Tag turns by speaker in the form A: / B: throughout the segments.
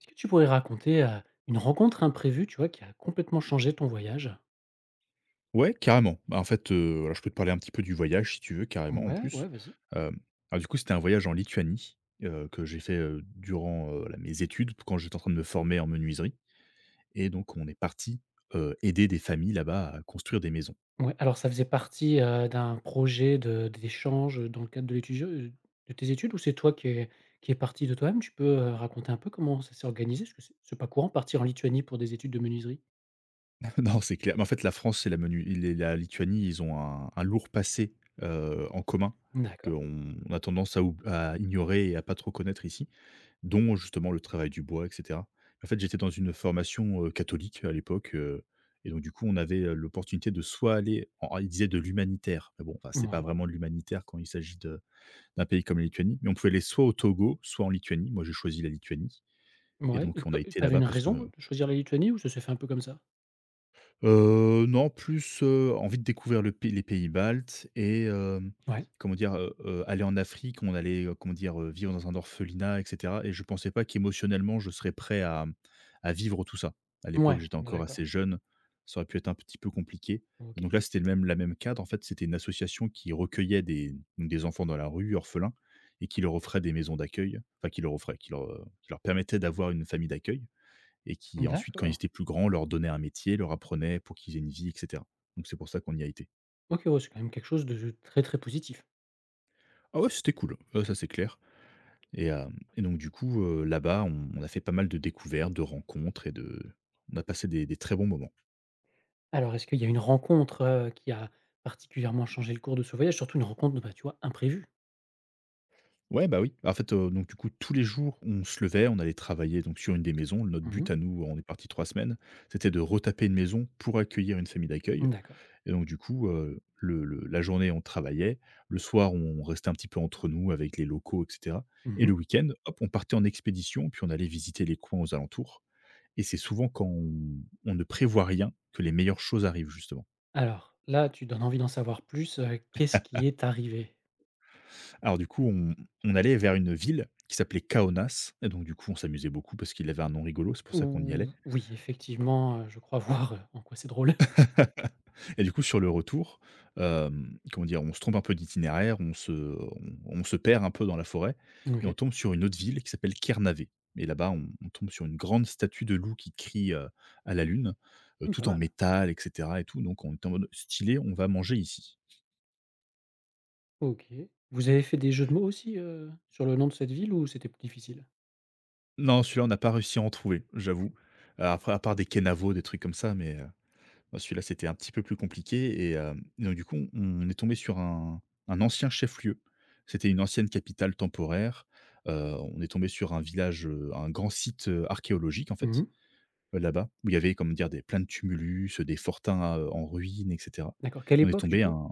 A: Est-ce que tu pourrais raconter, une rencontre imprévue, tu vois, qui a complètement changé ton voyage?
B: Ouais, carrément. Bah en fait, alors je peux te parler un petit peu du voyage si tu veux, carrément en
A: Ouais,
B: plus.
A: ouais, vas-y.
B: Hem, alors du coup, c'était un voyage en Lituanie que j'ai fait, durant, là mes études, quand j'étais en train de me former en menuiserie et donc on est parti aider des familles là-bas à construire des maisons.
A: Ouais, alors ça faisait partie, d'un projet de d'échange, dans le cadre de l'étudio de tes études ou c'est toi qui est parti de toi-même? Tu peux, raconter un peu comment ça s'est organisé? Parce que c'est pas courant partir en Lituanie pour des études de menuiserie.
B: Non, c'est clair, mais en fait, la France et la menu et la Lituanie, ils ont un lourd passé, en commun
A: D'accord.
B: qu'on a tendance à oub à ignorer et à pas trop connaître ici. Dont justement le travail du bois et cetera. En fait, j'étais dans une formation, catholique à l'époque, et donc du coup, on avait, l'opportunité de soit aller en ils disaient de l'humanitaire, mais bon, enfin, c'était pas
A: Ouais.
B: vraiment de l'humanitaire quand il s'agit de d'un pays comme la Lituanie, mais on pouvait aller soit au Togo, soit en Lituanie. Moi, j'ai choisi la Lituanie et
A: Ouais, et
B: donc on
A: que
B: a
A: tu
B: été
A: avais
B: là-bas
A: une
B: parce que
A: raison de choisir la Lituanie ou ça s'est fait un peu comme ça?
B: Non, plus, envie de découvrir le pays les pays baltes et
A: Ouais.
B: comment dire? Aller en Afrique, on allait, comment dire? Vivre dans un orphelinat et cetera et je pensais pas qu'émotionnellement je serais prêt à, à vivre tout ça. À l'époque,
A: Ouais,
B: j'étais encore
A: d'accord.
B: assez jeune, ça aurait pu être un petit peu compliqué.
A: OK.
B: Donc là, c'était le même la même cadre, en fait, c'était une association qui recueillait des donc des enfants dans la rue, orphelins et qui leur offrait des maisons d'accueil, enfin qui leur offrait, qui leur permettait d'avoir une famille d'accueil et qui ensuite, quand ils
A: D'accord.
B: étaient plus grands, leur donnait un métier, leur apprenait pour qu'ils aient une vie, et cetera. Donc c'est pour ça qu'on y a été.
A: OK, ouais, c'est quand même quelque chose de très, très positif.
B: Ah ouais, c'était cool, ça c'est clair et hem et donc du coup, là-bas, on a fait pas mal de découvertes, de rencontres et de on a passé des très bons moments.
A: Alors, est-ce qu'il y a une rencontre, qui a particulièrement changé le cours de ce voyage? Surtout une rencontre, bah, tu vois, imprévue?
B: Ouais, bah, oui. En fait, donc du coup, tous les jours, on se levait, on allait travailler donc sur une des maisons. Notre but
A: Mmh.
B: à nous, on est parti 3 semaines, c'était de retaper une maison pour accueillir une famille d'accueil.
A: D'accord.
B: Et donc du coup, le la journée, on travaillait, le soir, on restait un petit peu entre nous avec les locaux et cetera et
A: Mmh.
B: le week-end, hop, on partait en expédition, puis on allait visiter les coins aux alentours et c'est souvent quand on ne prévoit rien que les meilleures choses arrivent, justement.
A: Alors là, tu donnes envie d'en savoir plus, qu'est-ce qui est arrivé?
B: Alors du coup, on allait vers une ville qui s'appelait Kaunas et donc du coup, on s'amusait beaucoup parce qu'il avait un nom rigolo, c'est pour ça qu'on y
A: Ou
B: allait.
A: oui, effectivement, je crois voir, en quoi c'est drôle.
B: Et du coup, sur le retour, comment dire? On se trompe un peu d'itinéraire, on on se perd un peu dans la forêt et on
A: OK.
B: tombe sur une autre ville qui s'appelle Kernavé et là-bas, on tombe sur une grande statue de loup qui crie, à la lune,
A: Mmh, pas
B: tout en
A: mal.
B: métal et cetera et tout, donc on était en mode: «Stylé, on va manger ici».
A: OK. Vous avez fait des jeux de mots aussi, sur le nom de cette ville ou c'était plus difficile?
B: Non, celui-là, on n'a pas réussi à en trouver, j'avoue. Après, à part des kenavo, des trucs comme ça, mais bah, celui-là, c'était un petit peu plus compliqué et donc du coup, on est tombé sur un ancien chef-lieu. C'était une ancienne capitale temporaire. On est tombé sur un village, un grand site, archéologique en fait,
A: Mmh.
B: là-bas, où il y avait comment dire? Des plein de tumulus, des fortins, en ruines et cetera.
A: D'accord. Quelle
B: Et on est
A: époque du
B: tombé à
A: coup?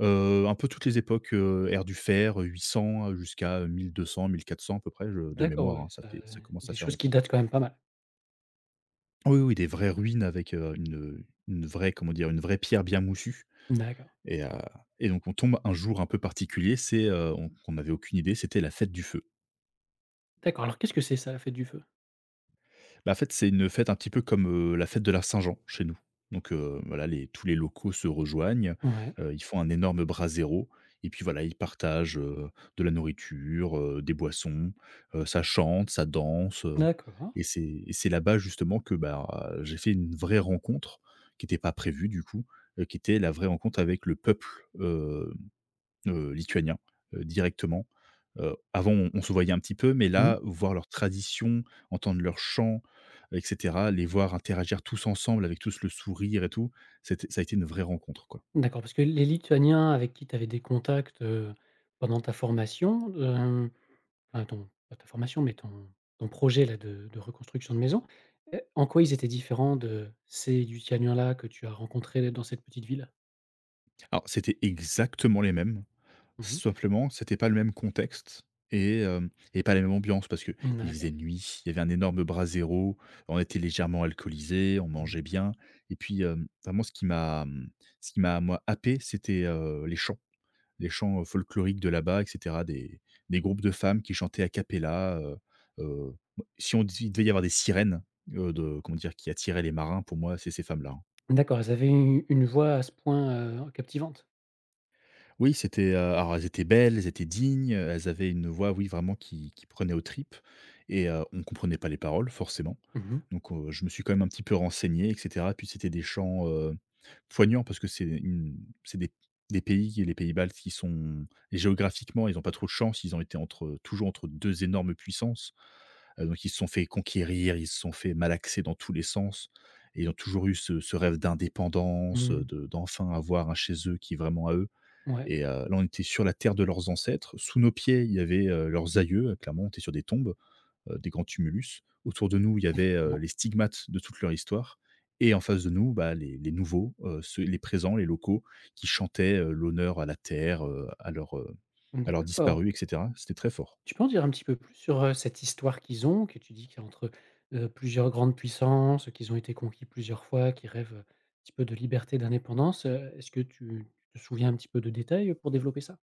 B: un peu toutes les époques, ère du fer, 800, jusqu'à, 1200-1400 à peu près, je de
A: D'accord,
B: mémoire, hein,
A: ouais, ça
B: ça commence à
A: des
B: faire
A: choses qui
B: longtemps.
A: datent quand même pas mal.
B: Oui, oui, des vraies ruines avec, une vraie comment dire? Une vraie pierre bien moussue.
A: D'accord.
B: Et, heu, et donc on tombe un jour un peu particulier, c'est, on n'avait aucune idée, c'était la fête du feu.
A: D'accord, alors qu'est-ce que c'est ça, la fête du feu?
B: Bah, en fait, c'est une fête un petit peu comme, la fête de la Saint-Jean chez nous. Donc, voilà, les tous les locaux se rejoignent,
A: Ouais.
B: ils font un énorme brasero et puis voilà, ils partagent, de la nourriture, des boissons, ça chante, ça danse,
A: D'accord.
B: et c'est là-bas justement que, bah, j'ai fait une vraie rencontre qui n'était pas prévue du coup, qui était la vraie rencontre avec le peuple, lituaniens, directement. Avant on se voyait un petit peu, mais
A: Mmh.
B: là, voir leurs traditions, entendre leurs chants et cetera, les voir interagir tous ensemble avec tous le sourire et tout, c'était ça a été une vraie rencontre, quoi.
A: D'accord, parce que les Lituaniens avec qui tu avais des contacts, pendant ta formation, hem, enfin ton pas ta formation, mais ton ton projet là de reconstruction de maison, en quoi ils étaient différents de ces Lituaniens-là que tu as rencontrés dans cette petite ville?
B: Alors c'était exactement les mêmes,
A: Mmh.
B: simplement c'était pas le même contexte et hem et pas la même ambiance parce que il
A: D'accord.
B: faisait nuit, il y avait un énorme brasero, on était légèrement alcoolisés, on mangeait
A: Mmh.
B: bien et puis, vraiment ce qui m'a, ce qui m'a moi happé, c'était, les chants. Des chants folkloriques de là-bas et cetera, des groupes de femmes qui chantaient a cappella, bah, si on dit il devait y avoir des sirènes, de comment dire? Qui attiraient les marins, pour moi, c'est ces femmes-là, hein.
A: D'accord, ils avaient u une voix à ce point, captivante?
B: Oui, c'était, alors elles étaient belles, elles étaient dignes, elles avaient une voix, oui, vraiment qui prenait aux tripes et on ne comprenait pas les paroles forcément.
A: Mmh mh.
B: Donc je me suis quand même un petit peu renseigné et cetera. Puis c'était des chants, poignants parce que c'est une c'est des pays, les pays baltes qui sont et géographiquement, ils n'ont pas trop de chance, ils ont été entre toujours entre 2 énormes puissances, donc ils se sont fait conquérir, ils se sont fait malaxer dans tous les sens et ils ont toujours eu ce rêve d'indépendance,
A: Mmh.
B: de d'enfin avoir un chez eux qui est vraiment à eux.
A: Ouais,
B: Et là, on était sur la terre de leurs ancêtres. Sous nos pieds, il y avait, leurs aïeux, clairement, on était sur des tombes, des grands tumulus. Autour de nous, il y avait,
A: effectivement.
B: les stigmates de toute leur histoire et en face de nous, bah, les nouveaux, ceux les présents, les locaux qui chantaient, l'honneur à la terre, à leurs
A: D'accord.
B: disparus et cetera. C'était très fort.
A: Tu peux en dire un petit peu plus sur, cette histoire qu'ils ont, que tu dis qu'il y a entre, plusieurs grandes puissances, qu'ils ont été conquis plusieurs fois, qu'ils rêvent, un petit peu de liberté, d'indépendance, est-ce que tu te souviens un petit peu de détails pour développer ça?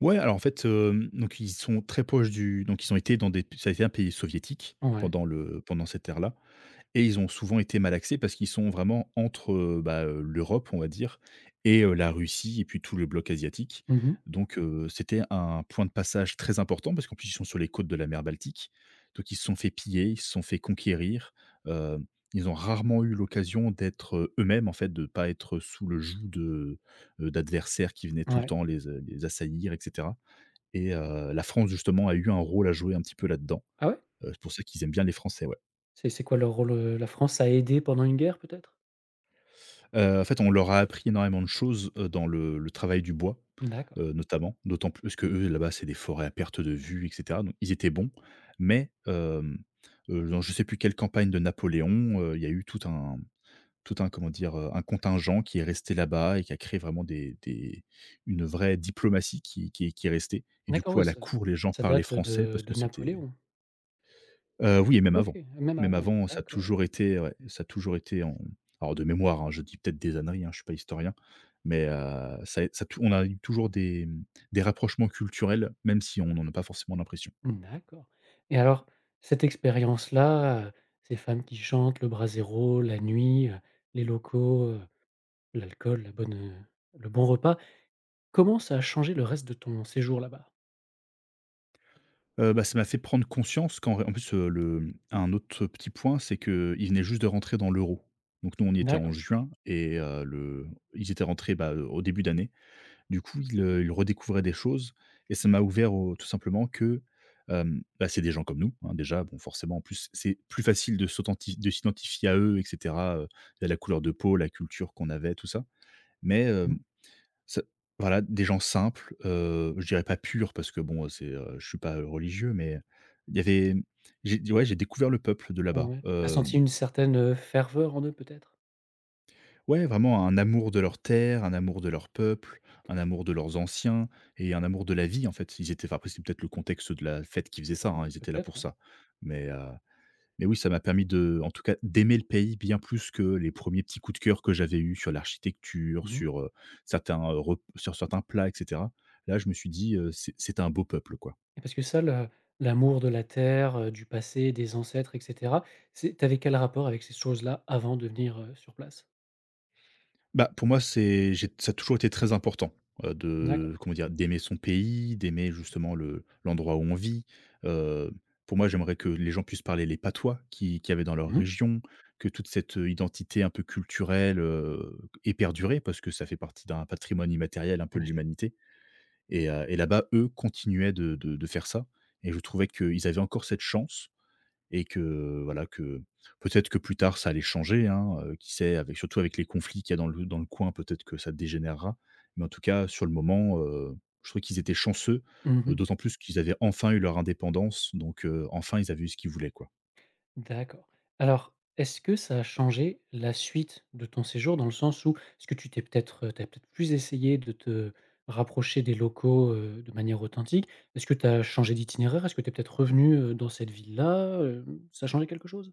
B: Ouais, alors, en fait, donc ils sont très proches du donc ils ont été dans des ça a été un pays soviétique
A: Ouais.
B: pendant le pendant cette ère-là. Et ils ont souvent été malaxés parce qu'ils sont vraiment entre, bah, l'Europe, on va dire et la Russie et puis tout le bloc asiatique.
A: Mmh.
B: Donc c'était un point de passage très important parce qu'en plus, ils sont sur les côtes de la mer Baltique. Donc ils se sont fait piller, ils se sont fait conquérir, heu, ils ont rarement eu l'occasion d'être, eux-mêmes, en fait, de ne pas être sous le joug de, d'adversaires qui venaient tout le
A: Ouais.
B: temps les assaillir et cetera et la France, justement, a eu un rôle à jouer un petit peu là-dedans.
A: Ah ouais?
B: C'est pour ça qu'ils aiment bien les Français, ouais.
A: C'est quoi leur rôle, heu? La France a aidé pendant une guerre peut-être?
B: En fait, on leur a appris énormément de choses, dans le travail du bois,
A: D'accord.
B: notamment. D'autant plus que eux là-bas, c'est des forêts à perte de vue et cetera, donc ils étaient bons. Mais, dans je ne sais plus quelle campagne de Napoléon, il y a eu tout un, comment dire? Un contingent qui est resté là-bas et qui a créé vraiment des une vraie diplomatie qui est restée et du
A: D'accord,
B: coup,
A: oui,
B: à la
A: ça
B: cour, les gens
A: ça
B: parlaient
A: date,
B: français
A: de
B: parce
A: de
B: que c'était.
A: Napoléon?
B: Oui et même
A: OK,
B: avant.
A: même
B: Même
A: avant,
B: avant, ça a
A: d'accord.
B: toujours été ouais, ça a toujours été en alors de mémoire, hein, je dis peut-être des âneries, hein, je suis pas historien, mais ça é ça tou on a eu toujours des, des rapprochements culturels, même si on n'en a pas forcément l'impression.
A: D'accord et alors, cette expérience-là, ces femmes qui chantent, le brasero, la nuit, les locaux, l'alcool, la bonne, le bon repas, comment ça a changé le reste de ton séjour là-bas?
B: Bah, ça m'a fait prendre conscience qu'en ré en plus, le un autre petit point, c'est qu'ils venaient juste de rentrer dans l'euro. Donc nous, on y était en
A: D'accord.
B: juin et le ils étaient rentrés, bah, au début d'année. Du coup, il redécouvrait des choses et ça m'a ouvert au tout simplement que, bah, c'est des gens comme nous, hein, déjà, bon, forcément, en plus, c'est plus facile de s'identifier à eux et cetera, via la couleur de peau, la culture qu'on avait, tout ça. Mais,
A: Mmh.
B: ça voilà, des gens simples, je dirais pas purs parce que bon, je suis pas, religieux, mais il y avait j'ai ouais, j'ai découvert le peuple de là-bas,
A: Ouais. Tu
B: hem.
A: senti une certaine, ferveur en eux peut-être?
B: Ouais, vraiment un amour de leur terre, un amour de leur peuple, un amour de leurs anciens et un amour de la vie, en fait. Ils étaient enfin, après, c'est peut-être le contexte de la fête qui faisait ça,
A: Mmh.
B: hein, ils étaient là
A: Peut-être,
B: pour
A: ouais.
B: ça. Mais heu, mais oui, ça m'a permis de en tout cas, d'aimer le pays bien plus que les premiers petits coups de cœur que j'avais eus sur l'architecture,
A: Mmh
B: sur, certains, rep sur certains plats et cetera. Là, je me suis dit, c'est un beau peuple, quoi».
A: et parce que ça, le l'amour de la terre, du passé, des ancêtres et cetera, c'est tu quel rapport avec ces choses-là avant de venir, sur place?
B: Bah, pour moi, c'est j'ai ça a toujours été très important,
A: D'accord.
B: de comment dire? D'aimer son pays, d'aimer justement le l'endroit où on vit. Heu, pour moi, j'aimerais que les gens puissent parler les patois qui qu'il y avait dans leur
A: Mmh.
B: région, que toute cette, identité un peu culturelle, ait perduré parce que ça fait partie d'un patrimoine immatériel un peu de
A: Bien sûr.
B: l'humanité. Et là-bas, eux continuaient de faire ça et je trouvais qu'ils avaient encore cette chance et que voilà, que peut-être que plus tard ça allait changer, hein, qui sait, avec surtout avec les conflits qu'il y a dans le coin, peut-être que ça dégénérera. Mais en tout cas, sur le moment, je trouvais qu'ils étaient chanceux,
A: Mmh.
B: d'autant plus qu'ils avaient enfin eu leur indépendance, donc enfin ils avaient eu ce qu'ils voulaient, quoi.
A: D'accord. Alors, est-ce que ça a changé la suite de ton séjour? Dans le sens où, est-ce que tu t'es peut-être, tu as peut-être plus essayé de te rapprocher des locaux, de manière authentique? Est-ce que tu as changé d'itinéraire? Est-ce que tu es peut-être revenu, dans cette ville-là? Hem, ça a changé quelque chose?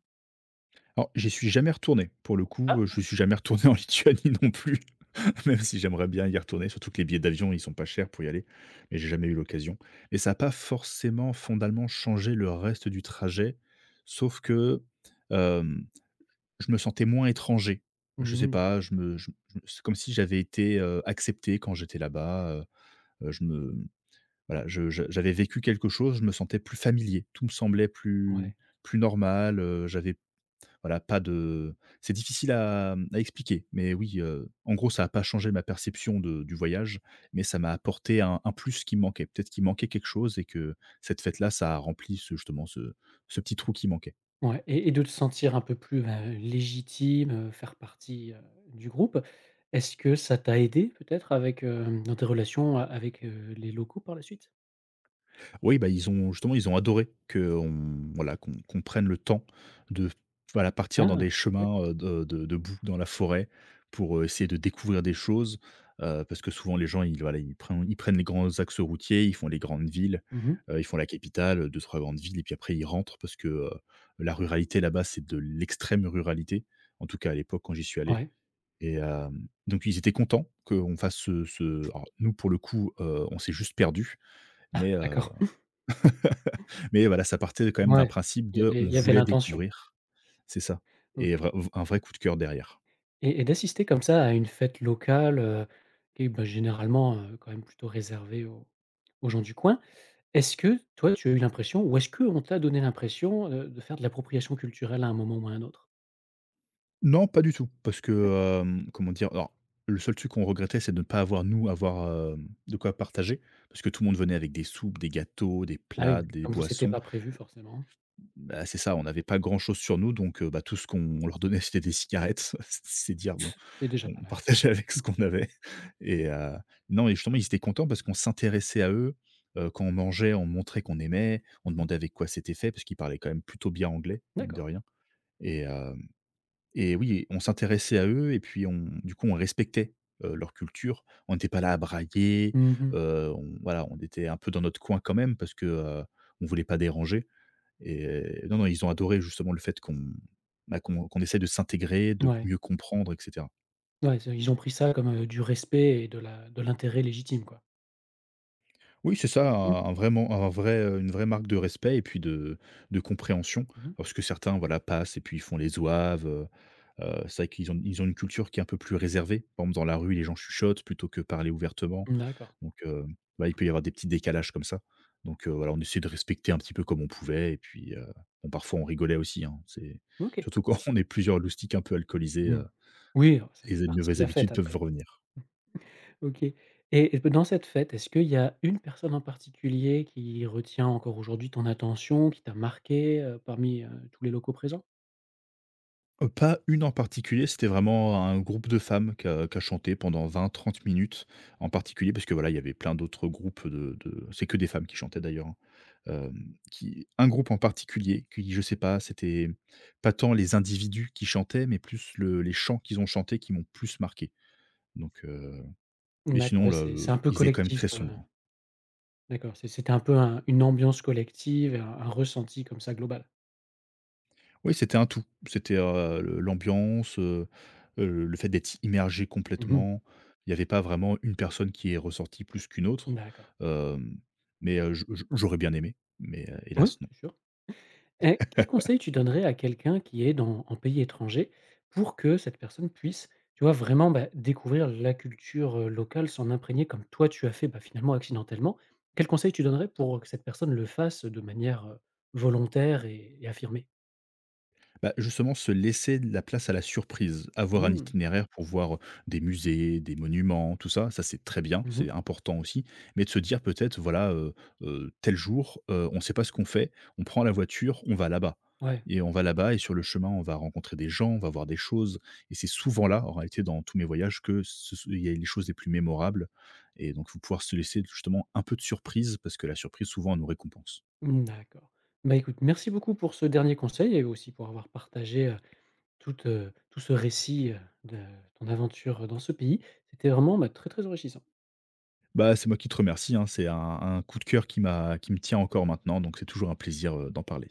B: Alors j'y suis jamais retourné, pour le coup,
A: Ah!
B: je
A: D'ac.
B: suis jamais retourné en Lituanie non plus, même si j'aimerais bien y retourner, surtout que les billets d'avion, ils sont pas chers pour y aller, mais j'ai jamais eu l'occasion. Et ça a pas forcément, fondamentalement changé le reste du trajet, sauf que, hem, je me sentais moins étranger. Je sais
A: Mmh.
B: pas, je me je c'est comme si j'avais été, accepté quand j'étais là-bas, je me voilà, je j'avais vécu quelque chose, je me sentais plus familier. Tout me semblait
A: Ouais,
B: plus normal, j'avais voilà, pas de c'est difficile à, à expliquer, mais oui, en gros, ça n'a pas changé ma perception de du voyage, mais ça m'a apporté un plus qui me manquait. Peut-être qu'il manquait quelque chose et que cette fête-là, ça a rempli ce justement ce ce petit trou qui manquait.
A: ouais et de te sentir un peu plus, bah, légitime, faire partie, du groupe. Est-ce que ça t'a aidé peut-être avec, hem, dans tes relations a avec, les locaux par la suite?
B: Oui, bah, ils ont justement, ils ont adoré qu'on voilà, qu'on prenne le temps de, voilà, partir dans
A: Ah!
B: des chemins,
A: D'accord.
B: de boue dans la forêt pour, essayer de découvrir des choses, parce que souvent les gens, ils voilà, ils prennent les grands axes routiers, ils font les grandes villes,
A: Mmh.
B: ils font la capitale, 2 grandes villes et puis après ils rentrent parce que, la ruralité là-bas, c'est de l'extrême ruralité, en tout cas à l'époque quand j'y suis allé
A: Ouais.
B: et hem, donc ils étaient contents qu'on fasse ce ce alors nous pour le coup, on s'est juste perdu
A: Ah
B: mais euh,
A: d'accord.
B: mais voilà, ça partait quand même d'un
A: Ouais,
B: principe
A: il y
B: de
A: avait
B: on
A: il y avait
B: voulait
A: l'intention.
B: découvrir, c'est ça
A: OK
B: et vrai un vrai coup de cœur derrière.
A: et d'assister comme ça à une fête locale, qui est, bah, généralement, quand même plutôt réservée aux aux gens du coin. Est-ce que toi, tu as eu l'impression ou est-ce qu'on t'a donné l'impression, de faire de l'appropriation culturelle à un moment ou à un autre?
B: Non, pas du tout, parce
A: D'accord.
B: que, hem, comment dire? Alors, le seul truc qu'on regrettait, c'est de ne pas avoir, nous, avoir, de quoi partager, parce que tout le monde venait avec des soupes, des gâteaux, des
A: Ah
B: plats,
A: oui,
B: des
A: comme vous c'était
B: boissons.
A: pas prévu forcément,
B: Bah, c'est ça, on n'avait pas grand-chose sur nous, donc bah, tout ce qu'on leur donnait, c'était des cigarettes. C'est dire, bon,
A: c'est déjà pas
B: on
A: mal.
B: partageait avec ce
A: Mmh.
B: qu'on avait et non et justement, ils étaient contents parce qu'on s'intéressait à eux. Quand on mangeait, on montrait qu'on aimait, on
A: Mmh mh.
B: demandait avec quoi c'était fait parce qu'ils parlaient quand même plutôt bien anglais, mine de
A: D'accord.
B: rien et hem et oui, on s'intéressait à eux et puis on du coup, on respectait, leur culture. On n'était pas là à brailler,
A: Mmh mh.
B: on voilà, on était un peu dans notre coin quand même parce que, on voulait pas déranger et non, non, ils ont adoré justement le fait qu'on bah, qu'on essaie de s'intégrer, de
A: Ouais.
B: mieux comprendre et cetera.
A: Ouais, c'est ils ont pris ça comme, du respect et de la de l'intérêt légitime quoi.
B: Oui, c'est ça,
A: Mmh.
B: un vraiment un vrai, une vraie marque de respect et puis de compréhension.
A: Mmh mh.
B: Parce que certains, voilà, passent et puis ils font les zouaves, c'est vrai qu'ils ont ils ont une culture qui est un peu plus réservée. Par exemple, dans la rue, les gens chuchotent plutôt que parler ouvertement.
A: D'accord.
B: Donc, bah, il peut y avoir des petits décalages comme ça. Donc, voilà, on essayait de respecter un petit peu comme on pouvait et puis, bon parfois on rigolait aussi, hein. C'est
A: OK.
B: surtout quand on est plusieurs loustics un peu alcoolisés,
A: Mmh. Oui, alors ça fait
B: les
A: partie de
B: mauvaises
A: la fête
B: habitudes
A: après.
B: peuvent revenir.
A: OK et dans cette fête, est-ce qu'il y a une personne en particulier qui retient encore aujourd'hui ton attention, qui t'a marqué parmi, tous les locaux présents?
B: Pas une en particulier, c'était vraiment un groupe de femmes qui a chanté pendant 20-30 minutes en particulier, parce que voilà, il y avait plein d'autres groupes de c'est que des femmes qui chantaient d'ailleurs, hein. Hem, qui Un groupe en particulier qui, je sais pas, c'était pas tant les individus qui chantaient, mais plus le les chants qu'ils ont chantés qui m'ont plus marqué. Donc mais
A: D'accord,
B: sinon
A: oui, c'est un
B: le
A: peu
B: il faisait quand même
A: collectif,
B: très sombre, hein.
A: d'accord, c'est c'était un peu un une ambiance collective et un ressenti comme ça global.
B: Oui, c'était un tout. C'était, le l'ambiance, le fait d'être immergé
A: Mmh mh.
B: complètement. Il n'y avait pas vraiment une personne qui est ressortie plus qu'une autre,
A: D'accord.
B: hem, mais, je j'aurais bien aimé, mais,
A: Oui,
B: hélas non.
A: c'est sûr. Et quel conseil tu donnerais à quelqu'un qui est dans en pays étranger pour que cette personne puisse, tu vois, vraiment, bah, découvrir la culture, locale, s'en imprégner comme toi tu as fait, bah, finalement accidentellement? Quel conseil tu donnerais pour que cette personne le fasse de manière, volontaire et affirmée?
B: Bah, justement, se laisser de la place à la surprise, avoir un
A: Mmh.
B: itinéraire pour voir des musées, des monuments, tout ça, ça c'est très bien,
A: Mmh.
B: c'est important aussi, mais de se dire peut-être, voilà, tel jour, on ne sait pas ce qu'on fait, on prend la voiture, on va là-bas
A: Ouais,
B: et sur le chemin, on va rencontrer des gens, on va voir des choses et c'est souvent là, en réalité, dans tous mes voyages que ce il y a les choses les plus mémorables et donc il faut pouvoir se laisser justement un peu de surprise parce que la surprise, souvent, elle nous récompense.
A: mmh, d'accord. Bah, écoute, merci beaucoup pour ce dernier conseil et aussi pour avoir partagé, toute, tout ce récit, de ton aventure dans ce pays. C'était vraiment, bah, très, très enrichissant.
B: Bah, c'est moi qui te remercie, hein. C'est un coup de cœur qui me tient encore maintenant, donc c'est toujours un plaisir, d'en parler.